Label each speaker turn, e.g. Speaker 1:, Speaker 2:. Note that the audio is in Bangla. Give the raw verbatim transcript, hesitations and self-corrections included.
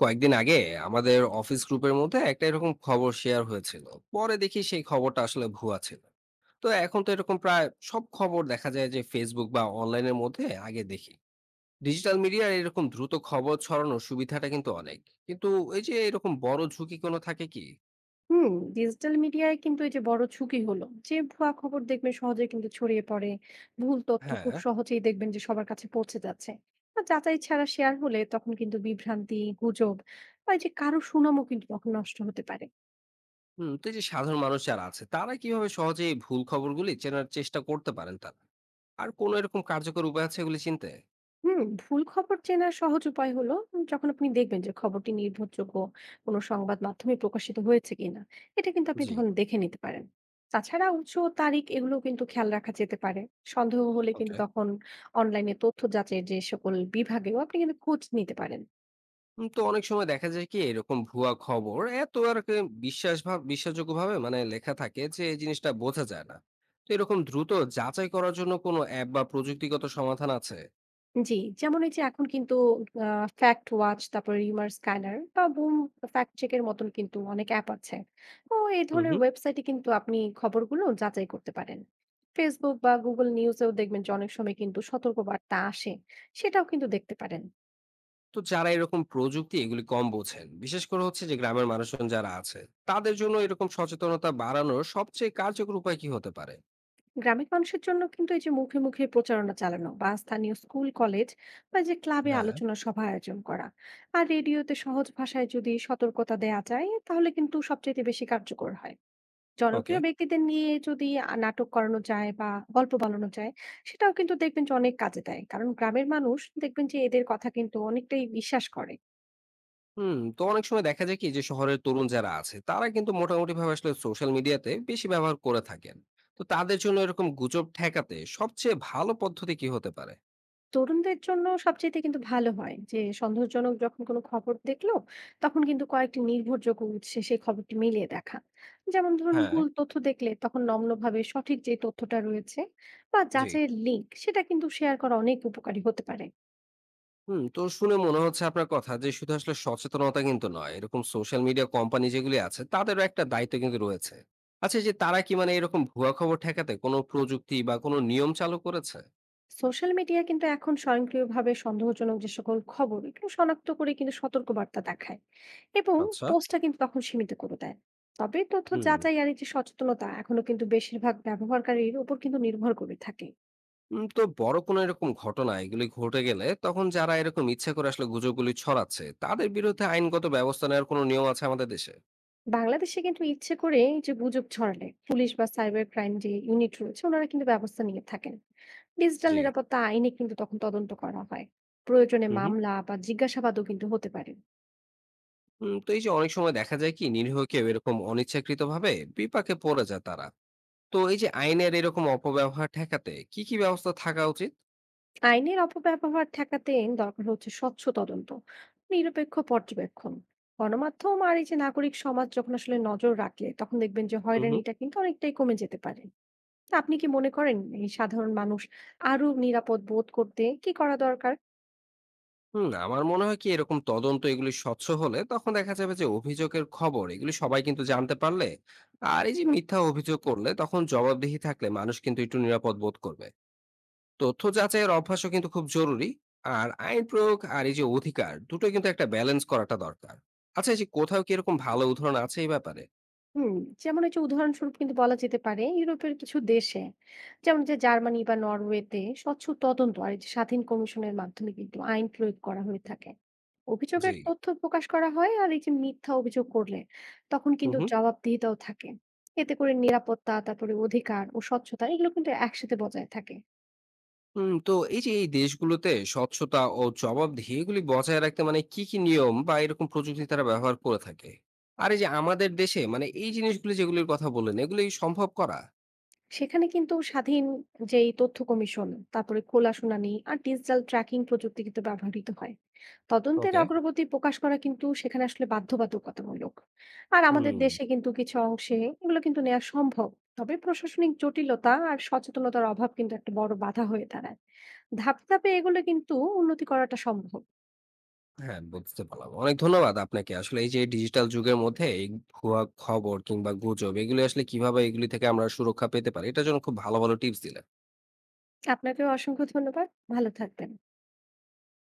Speaker 1: কয়েকদিন আগে আমাদের অফিস গ্রুপের মধ্যে একটা এরকম খবর শেয়ার হয়েছিল। পরে দেখি সেই খবরটা আসলে ভুয়া ছিল। তো এখন তো এরকম প্রায় সব খবর দেখা যায় যে ফেসবুক বা অনলাইনের মধ্যে আগে দেখি। ডিজিটাল মিডিয়ার এরকম দ্রুত খবর ছড়ানোর সুবিধাটা কিন্তু অনেক, কিন্তু এই যে এরকম বড় ঝুঁকি কোনো থাকে কি?
Speaker 2: হুম। ডিজিটাল মিডিয়ায় কিন্তু এই যে বড় ঝুঁকি হলো যে ভুয়া খবর দেখবেন সহজে কিন্তু ছড়িয়ে পড়ে। ভুল তথ্য খুব
Speaker 1: হ্যাঁ।
Speaker 2: সহজেই দেখবেন যে সবার কাছে পৌঁছে যাচ্ছে। আর যাচাই ছাড়া শেয়ার হলে তখন কিন্তু বিভ্রান্তি, গুজব বা এই যে কারো সুনামও কিন্তু তখন নষ্ট হতে পারে।
Speaker 1: হুম। তো এই যে সাধারণ মানুষ যারা আছে তারা কিভাবে সহজে এই ভুল খবরগুলি চেনার চেষ্টা করতে পারেন তারা, আর কোন এরকম কার্যকর উপায় আছে এগুলি চিনতে?
Speaker 2: হুম, ভুল খবর চেনার সহজ উপায় হলো উম, যখন আপনি দেখবেন যে খবরটি নির্ভরযোগ্য কোনো সংবাদ মাধ্যমে প্রকাশিত হয়েছে কিনা, এটা কিন্তু আপনি
Speaker 1: জি।
Speaker 2: তখন দেখে নিতে পারেন। তাছাড়া উৎস ও তারিখ এগুলো কিন্তু খেয়াল রাখা যেতে পারে। সন্দেহ হলে কিন্তু
Speaker 1: ওকে।
Speaker 2: তখন অনলাইনে তথ্য যাচাইয়ের যে সকল বিভাগেও আপনি কিন্তু খোঁজ নিতে পারেন।
Speaker 1: উম তো অনেক সময় দেখা যায় কি এরকম ভুয়া খবর এত আর কি বিশ্বাস ভাব বিশ্বাসযোগ্য ভাবে মানে লেখা থাকে যে এই জিনিসটা বোঝা যায় না। তো এরকম দ্রুত যাচাই করার জন্য কোনো অ্যাপ বা প্রযুক্তিগত সমাধান আছে?
Speaker 2: জি, যেমন এই যে এখন কিন্তু আ ফ্যাক্ট ওয়াচ, তারপরে রিউমার স্ক্যানার বা বুম ফ্যাক্ট চেক এর মতন কিন্তু অনেক অ্যাপ আছে। তো এই
Speaker 1: হুম
Speaker 2: ধরনের
Speaker 1: হুম।
Speaker 2: ওয়েবসাইটে কিন্তু আপনি খবরগুলো যাচাই করতে পারেন। Facebook বা Google News এও দেখবেন যে অনেক সময় কিন্তু সতর্কবার্তা আসে, সেটাও কিন্তু দেখতে পারেন।
Speaker 1: তো যারা এরকম প্রযুক্তি এগুলি কম বোঝেন বিশেষ করে হচ্ছে যে গ্রামের মানুষজন যারা আছে তাদের জন্য এরকম সচেতনতা বাড়ানোর সবচেয়ে কার্যকর উপায় কি হতে পারে?
Speaker 2: গ্রামের মানুষের জন্য কিন্তু এই যে মুখে মুখে প্রচারণা চালানো বা স্থানীয় স্কুল, কলেজ বা যে ক্লাবে
Speaker 1: হ্যাঁ।
Speaker 2: আলোচনা সভা আয়োজন করা। আর রেডিওতে সহজ ভাষায় যদি সতর্কতা দেয়া যায়, তাহলে কিন্তু সবচাইতে বেশি কার্যকর হয়।
Speaker 1: ওকে।
Speaker 2: জনপ্রিয় ব্যক্তিদের নিয়ে যদি আ নাটক করানো যায় বা গল্প বানানো যায়, সেটাও কিন্তু দেখবেন যে অনেক কাজে দেয়। কারণ গ্রামের মানুষ দেখবেন যে এদের কথা কিন্তু অনেকটাই বিশ্বাস করে।
Speaker 1: হুম। তো অনেক সময় দেখা যায় কি যে শহরের তরুণ যারা আছে তারা কিন্তু মোটামুটি ভাবে আসলে সোশ্যাল মিডিয়াতে বেশি ব্যবহার করে থাকেন। তো তাদের জন্য এরকম গুজব ঠেকাতে সবচেয়ে ভালো পদ্ধতি কি হতে পারে?
Speaker 2: তরুণদের জন্য সবচাইতে কিন্তু ভালো হয় যে সন্দেহজনক যখন কোনো খবর দেখলো, তখন কিন্তু কয়েকটি নির্ভরযোগ্য উৎসে সেই খবরটি মিলিয়ে দেখা। যেমন ধরুন
Speaker 1: হ্যাঁ।
Speaker 2: ভুল তথ্য দেখলে তখন নম্রভাবে সঠিক যে তথ্যটা রয়েছে বা
Speaker 1: জি।
Speaker 2: যাচাইয়ের লিঙ্ক সেটা কিন্তু শেয়ার করা অনেক উপকারী হতে পারে।
Speaker 1: হুম। তো শুনে মনে হচ্ছে আপনার কথা যে শুধু আসলে সচেতনতা কিন্তু নয়, এরকম সোশ্যাল মিডিয়া কোম্পানি যেগুলি আছে তাদেরও একটা দায়িত্ব কিন্তু রয়েছে। আচ্ছা এই যে তারা কি মানে এরকম ভুয়া খবর ঠেকাতে কোনো প্রযুক্তি বা কোনো নিয়ম চালু করেছে?
Speaker 2: সোশ্যাল মিডিয়া কিন্তু এখন স্বয়ংক্রিয়ভাবে সন্দেহজনক যে সকল খবর এগুলো শনাক্ত করে কিন্তু সতর্কবার্তা দেখায় এবং
Speaker 1: আচ্ছা।
Speaker 2: পোস্টটা কিন্তু তখন সীমিত করে দেয়। তবে তথ্য
Speaker 1: হুম।
Speaker 2: যাচাই আর এই যে সচেতনতা এখনো কিন্তু বেশিরভাগ ব্যবহারকারীর উপর কিন্তু নির্ভর করে থাকে।
Speaker 1: উম, তো বড় কোনো এরকম ঘটনা এগুলি ঘটে গেলে তখন যারা এরকম ইচ্ছা করে আসলে গুজবগুলি ছড়াচ্ছে তাদের বিরুদ্ধে আইনগত ব্যবস্থা নেওয়ার কোনো নিয়ম আছে আমাদের দেশে?
Speaker 2: বাংলাদেশে কিন্তু ইচ্ছে করে এই যে গুজব ছড়ালে পুলিশ বা সাইবার ক্রাইম যে ইউনিট রয়েছে ওনারা কিন্তু ব্যবস্থা নিয়ে থাকেন। ডিজিটাল
Speaker 1: জি।
Speaker 2: নিরাপত্তা আইনে কিন্তু তখন তদন্ত করা হয়। প্রয়োজনে
Speaker 1: হুম হুম।
Speaker 2: মামলা বা জিজ্ঞাসাবাদও কিন্তু হতে পারে।
Speaker 1: উম, তো এই যে অনেক সময় দেখা যায় কি নিরীহ কেউ এরকম অনিচ্ছাকৃত ভাবে বিপাকে পড়ে যায় তারা। তো এই যে আইনের এরকম অপব্যবহার ঠেকাতে কি কি ব্যবস্থা থাকা উচিত?
Speaker 2: আইনের অপব্যবহার ঠেকাতে দরকার হচ্ছে স্বচ্ছ তদন্ত, নিরপেক্ষ পর্যবেক্ষণ। গণমাধ্যম আর এই যে নাগরিক সমাজ যখন আসলে নজর রাখলে তখন দেখবেন যে
Speaker 1: হুম হুম।
Speaker 2: হয়রানিটা কিন্তু অনেকটাই কমে যেতে পারে। তা আপনি কি মনে করেন, এই সাধারণ মানুষ আরো নিরাপদ বোধ করতে কি করা দরকার?
Speaker 1: হুম, আমার মনে হয় কি এরকম তদন্ত এগুলি স্বচ্ছ হলে তখন দেখা যাবে যে অভিযোগের খবর এগুলি সবাই কিন্তু জানতে পারলে, আর এই যে মিথ্যা অভিযোগ করলে তখন জবাবদিহি থাকলে মানুষ কিন্তু একটু নিরাপদ বোধ করবে। তথ্য যাচাইয়ের অভ্যাসও কিন্তু খুব জরুরি। আর আইন প্রয়োগ আর এই যে অধিকার দুটোই কিন্তু একটা ব্যালেন্স করাটা দরকার। আচ্ছা এই যে কোথাও কি এরকম ভালো উদাহরণ আছে এই ব্যাপারে?
Speaker 2: হুম, যেমন এই যে উদাহরণস্বরূপ কিন্তু বলা যেতে পারে, ইউরোপের কিছু দেশে যেমন যে জার্মানি বা নরওয়েতে স্বচ্ছ তদন্ত আর এই যে স্বাধীন কমিশনের মাধ্যমে কিন্তু আইন প্রয়োগ করা হয়ে থাকে। অভিযোগের
Speaker 1: জি।
Speaker 2: তথ্য প্রকাশ করা হয় আর এই যে মিথ্যা অভিযোগ করলে তখন
Speaker 1: হুম
Speaker 2: কিন্তু
Speaker 1: হুম।
Speaker 2: জবাবদিহিতাও থাকে। এতে করে নিরাপত্তা, তারপরে অধিকার ও স্বচ্ছতা এগুলো কিন্তু একসাথে বজায় থাকে।
Speaker 1: হুম, তো এই যে এই দেশগুলোতে স্বচ্ছতা ও জবাবদিহি এগুলি বজায় রাখতে মানে কি কি নিয়ম বা এরকম প্রযুক্তি তারা ব্যবহার করে থাকে, আর এই যে আমাদের দেশে মানে এই জিনিসগুলি যেগুলির কথা বললেন এগুলি সম্ভব করা?
Speaker 2: সেখানে কিন্তু স্বাধীন যেই তথ্য কমিশন, তারপরে খোলা শুনানি আর ডিজিটাল ট্র্যাকিং প্রযুক্তি কিন্তু ব্যবহৃত হয়। তদন্তের
Speaker 1: ওকে।
Speaker 2: অগ্রগতি প্রকাশ করা কিন্তু সেখানে আসলে বাধ্যবাধকতামূলক। আর আমাদের
Speaker 1: হুম।
Speaker 2: দেশে কিন্তু কিছু অংশে এগুলো কিন্তু নেওয়া সম্ভব। তবে প্রশাসনিক জটিলতা আর সচেতনতার অভাব কিন্তু একটা বড় বাধা হয়ে দাঁড়ায়। ধাপে ধাপে এগুলো কিন্তু উন্নতি করাটা সম্ভব।
Speaker 1: হ্যাঁ, বুঝতে পারলাম। অনেক ধন্যবাদ আপনাকে। আসলে এই যে ডিজিটাল যুগের মধ্যে এই ভুয়া খবর কিংবা গুজব এগুলো আসলে কিভাবে এগুলি থেকে আমরা সুরক্ষা পেতে পারি এটার জন্য খুব ভালো, ভালো টিপস দিলেন।
Speaker 2: আপনাকেও অসংখ্য ধন্যবাদ। ভালো থাকবেন।